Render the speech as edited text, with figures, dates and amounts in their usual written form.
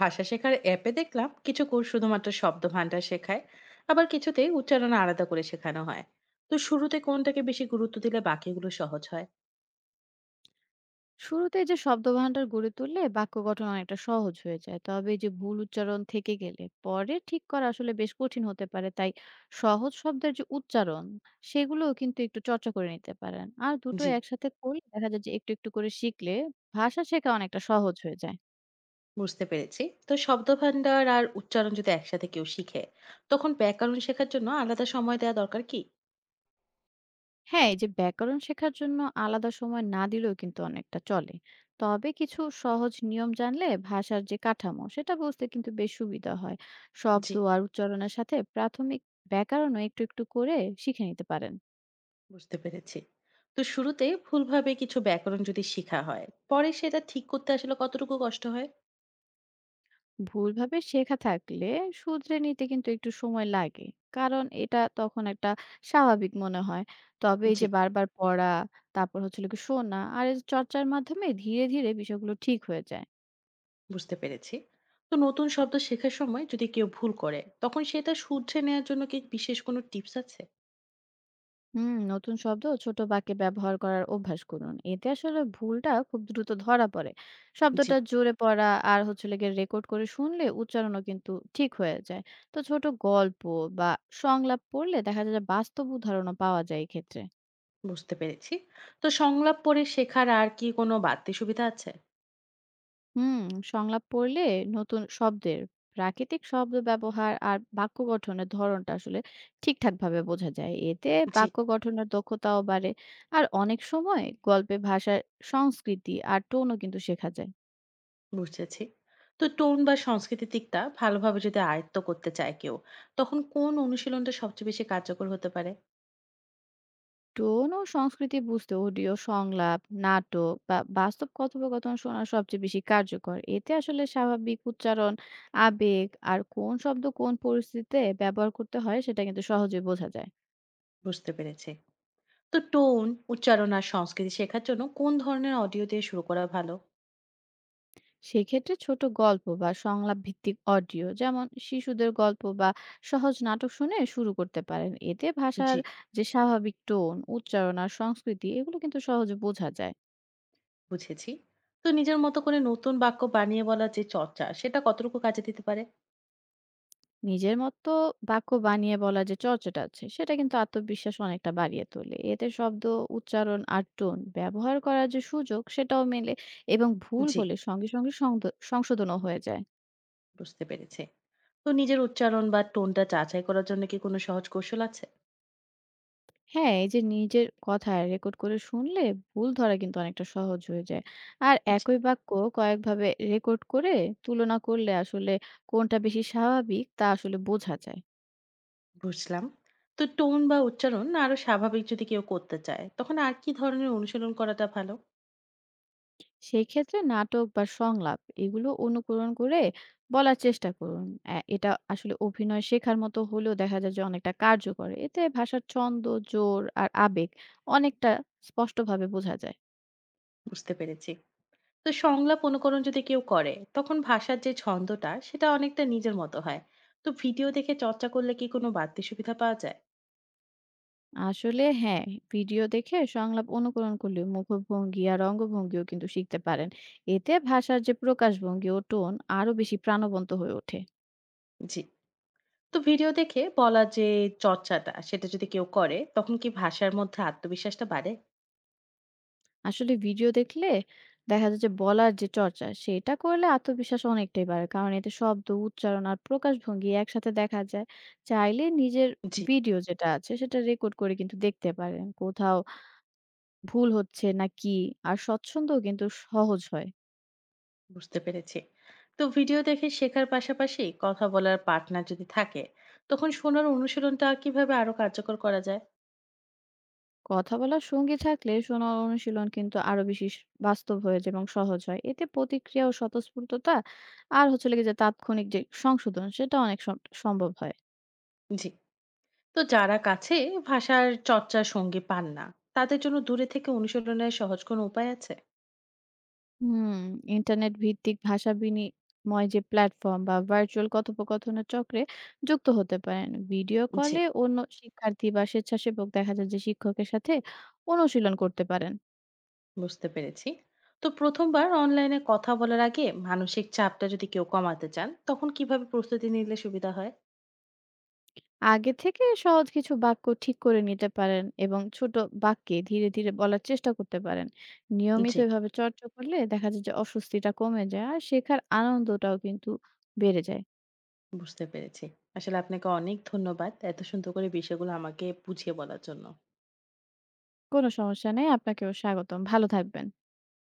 ভাষা শেখার অ্যাপে দেখলাম কিছু কোর্স শুধুমাত্র শব্দ ভান্ডার শেখায়। আবার কিছুতে উচ্চারণ আলাদা করে শেখানো হয়। তো শুরুতে কোনটাকে বেশি গুরুত্ব দিলে বাকিগুলো সহজ হয়? শুরুতে যে শব্দভান্ডার গড়ে তুললে বাক্য গঠন অনেকটা সহজ হয়ে যায়। তবে এই যে ভুল উচ্চারণ থেকে গেলে পরে ঠিক করা আসলে বেশ কঠিন হতে পারে, তাই সহজ শব্দের যে উচ্চারণ, সেগুলোও কিন্তু একটু চর্চা করে নিতে পারেন। আর দুটো জি, একসাথে করলে দেখা যায় যে একটু একটু করে শিখলে ভাষা শেখা অনেকটা সহজ হয়ে যায়। বুঝতে পেরেছি। তো শব্দ ভান্ডার আর উচ্চারণ যদি একসাথে কেউ শিখে, তখন ব্যাকরণ শেখার জন্য আলাদা সময় দেওয়া দরকার কি? হ্যাঁ, এই যে ব্যাকরণ শেখার জন্য আলাদা সময় না দিলেও কিন্তু অনেকটা চলে। তবে কিছু সহজ নিয়ম জানলে ভাষার যে কাঠামো সেটা বুঝতে কিন্তু বেশ সুবিধা হয়। শব্দ জি, আর উচ্চারণের সাথে প্রাথমিক ব্যাকরণও একটু একটু করে শিখে নিতে পারেন। বুঝতে পেরেছি। তো শুরুতে ভুলভাবে কিছু ব্যাকরণ যদি শেখা হয়, পরে সেটা ঠিক করতে আসলে কতটুকু কষ্ট হয়? ভুলভাবে শেখা থাকলে শুধরে নিতে কিন্তু একটু সময় লাগে। কারণ এটা তখন একটা স্বাভাবিক মনে হয়। তবে এই জি, যে বারবার পড়া, তারপর হলো গিয়ে শোনা আর এই যে চর্চার মাধ্যমে ধীরে ধীরে বিষয়গুলো ঠিক হয়ে যায়। বুঝতে পেরেছি। তো নতুন শব্দ শেখার সময় যদি কেউ ভুল করে, তখন সেটা শুধরে নেওয়ার জন্য কি বিশেষ কোনো টিপস আছে? হুম, নতুন শব্দ ও ছোট বাক্যে ব্যবহার করার অভ্যাস করুন। এতে আসলে ভুলটা খুব দ্রুত ধরা পড়ে। জি, শব্দটা জোরে পড়া আর হচ্ছে লেগে রেকর্ড করে শুনলে উচ্চারণও কিন্তু ঠিক হয়ে যায়। তো ছোট গল্প বা সংলাপ পড়লে দেখা যায় যে বাস্তব উদাহরণও পাওয়া যায় এক্ষেত্রে। বুঝতে পেরেছি। তো সংলাপ পড়ে শেখার আর কি কোনো বাড়তি সুবিধা আছে? হুম, সংলাপ পড়লে নতুন শব্দের প্রাকৃতিক শব্দ ব্যবহার আর বাক্য গঠনের ধরনটা আসলে ঠিকঠাকভাবে বোঝা যায়। এতে জি, বাক্য গঠনের দক্ষতাও বাড়ে। আর অনেক সময় গল্পে ভাষার সংস্কৃতি আর টোনও কিন্তু শেখা যায়। বুঝেছি। তো টোন বা সংস্কৃতি দিকটা ভালোভাবে যদি আয়ত্ত করতে চায় কেউ, তখন কোন অনুশীলনটা সবচেয়ে বেশি কার্যকর হতে পারে? টোন ও সংস্কৃতি বুঝতে অডিও সংলাপ, নাটক বা বাস্তব কথোপকথন শোনা সবচেয়ে বেশি কার্যকর। এতে আসলে স্বাভাবিক উচ্চারণ, আবেগ আর কোন শব্দ কোন পরিস্থিতিতে ব্যবহার করতে হয় সেটা কিন্তু সহজে বোঝা যায়। বুঝতে পেরেছি। তো টোন, উচ্চারণ আর সংস্কৃতি শেখার জন্য কোন ধরনের অডিও দিয়ে শুরু করা ভালো? সেক্ষেত্রে ছোট গল্প বা সংলাপ ভিত্তিক অডিও, যেমন শিশুদের গল্প বা সহজ নাটক শুনে শুরু করতে পারেন। এতে ভাষার জি, যে স্বাভাবিক টোন, উচ্চারণ আর সংস্কৃতি, এগুলো কিন্তু সহজে বোঝা যায়। বুঝেছি। তো নিজের মতো করে নতুন বাক্য বানিয়ে বলার যে চর্চা, সেটা কতটুকু কাজে দিতে পারে? নিজের মতো বাক্য বানিয়ে বলা যে চর্চাটা আছে সেটা কিন্তু আত্মবিশ্বাস অনেকটা বাড়িয়ে তোলে। এতে শব্দ, উচ্চারণ আর টোন ব্যবহার করার যে সুযোগ সেটাও মেলে। এবং ভুল জি, হলে সঙ্গে সঙ্গে সংশোধনও হয়ে যায়। বুঝতে পেরেছি। তো নিজের উচ্চারণ বা টোনটা যাচাই করার জন্য কি কোনো সহজ কৌশল আছে? হ্যাঁ, এই যে নিজের কথা রেকর্ড করে শুনলে ভুল ধরা কিন্তু অনেকটা সহজ হয়ে যায়। আর জি, একই বাক্য কয়েকভাবে রেকর্ড করে তুলনা করলে আসলে কোনটা বেশি স্বাভাবিক তা আসলে বোঝা যায়। বুঝলাম। তো টোন বা উচ্চারণ আরো স্বাভাবিক যদি কেউ করতে চায়, তখন আর কি ধরনের অনুশীলন করাটা ভালো? সেই ক্ষেত্রে নাটক বা সংলাপ, এগুলো অনুকরণ করে বলার চেষ্টা করুন। এটা আসলে অভিনয় শেখার মতো হলেও দেখা যায় যে অনেকটা কার্যকর। এতে ভাষার ছন্দ, জোর আর আবেগ অনেকটা স্পষ্টভাবে বোঝা যায়। বুঝতে পেরেছি। তো সংলাপ অনুকরণ যদি কেউ করে, তখন ভাষার যে ছন্দটা, সেটা অনেকটা নিজের মতো হয়। তো ভিডিও দেখে চর্চা করলে কি কোনো বাড়তি সুবিধা পাওয়া যায়? আসলে হ্যাঁ, ভিডিও দেখে সংলাপ অনুকরণ করলেও মুখভঙ্গি আর অঙ্গভঙ্গিও কিন্তু শিখতে পারেন। এতে ভাষার যে প্রকাশভঙ্গি ও টোন আরো বেশি প্রাণবন্ত হয়ে ওঠে। জি। তো ভিডিও দেখে বলা যে চর্চাটা সেটা যদি কেউ করে, তখন কি ভাষার মধ্যে আত্মবিশ্বাসটা বাড়ে? আসলে ভিডিও দেখলে দেখা যায় যে বলার যে চর্চা সেটা করলে আত্মবিশ্বাস অনেকটাই বাড়ে। কারণ এতে শব্দ, উচ্চারণ আর প্রকাশভঙ্গি একসাথে দেখা যায়। চাইলে নিজের জি, ভিডিও যেটা আছে সেটা রেকর্ড করে কিন্তু দেখতে পারেন। কোথাও ভুল হচ্ছে না কি আর স্বচ্ছন্দও কিন্তু সহজ হয়। বুঝতে পেরেছি। তো ভিডিও দেখে শেখার পাশাপাশি কথা বলার পার্টনার যদি থাকে, তখন শোনার অনুশীলনটা কিভাবে আরো কার্যকর করা যায়? কথা বলার সঙ্গী থাকলে শোনার অনুশীলন কিন্তু আরো বেশি বাস্তব হয়ে যায় এবং সহজ হয়। এতে প্রতিক্রিয়া ও স্বতঃস্ফূর্ততা আর হচ্ছে লেগে যে তাৎক্ষণিক যে সংশোধন সেটা অনেক সম্ভব হয়। জি। তো যারা কাছে ভাষার চর্চার সঙ্গী পান না, তাদের জন্য দূরে থেকে অনুশীলনের সহজ কোনো উপায় আছে? হুম, ইন্টারনেট ভিত্তিক ভাষা বিনিময় যে প্ল্যাটফর্ম বা ভার্চুয়াল কথোপকথনের চক্রে যুক্ত হতে পারেন। ভিডিও জি, কলে অন্য শিক্ষার্থী বা স্বেচ্ছাসেবক, দেখা যায় যে শিক্ষকের সাথে অনুশীলন করতে পারেন। বুঝতে পেরেছি। তো প্রথমবার অনলাইনে কথা বলার আগে মানসিক চাপটা যদি কেউ কমাতে চান, তখন কিভাবে প্রস্তুতি নিলে সুবিধা হয়? আগে থেকে সহজ কিছু বাক্য ঠিক করে নিতে পারেন এবং ছোট বাক্যে ধীরে ধীরে বলার চেষ্টা করতে পারেন। নিয়মিত জি। এভাবে চর্চা করলে দেখা যায় যে অস্বস্তিটা কমে যায় আর শেখার আনন্দটাও কিন্তু বেড়ে যায়। বুঝতে পেরেছি। আসলে আপনাকে অনেক ধন্যবাদ। এত সুন্দর করে বিষয়গুলো আমাকে বুঝিয়ে বলার জন্য। কোনো সমস্যা নেই, আপনাকেও স্বাগতম। ভালো থাকবেন।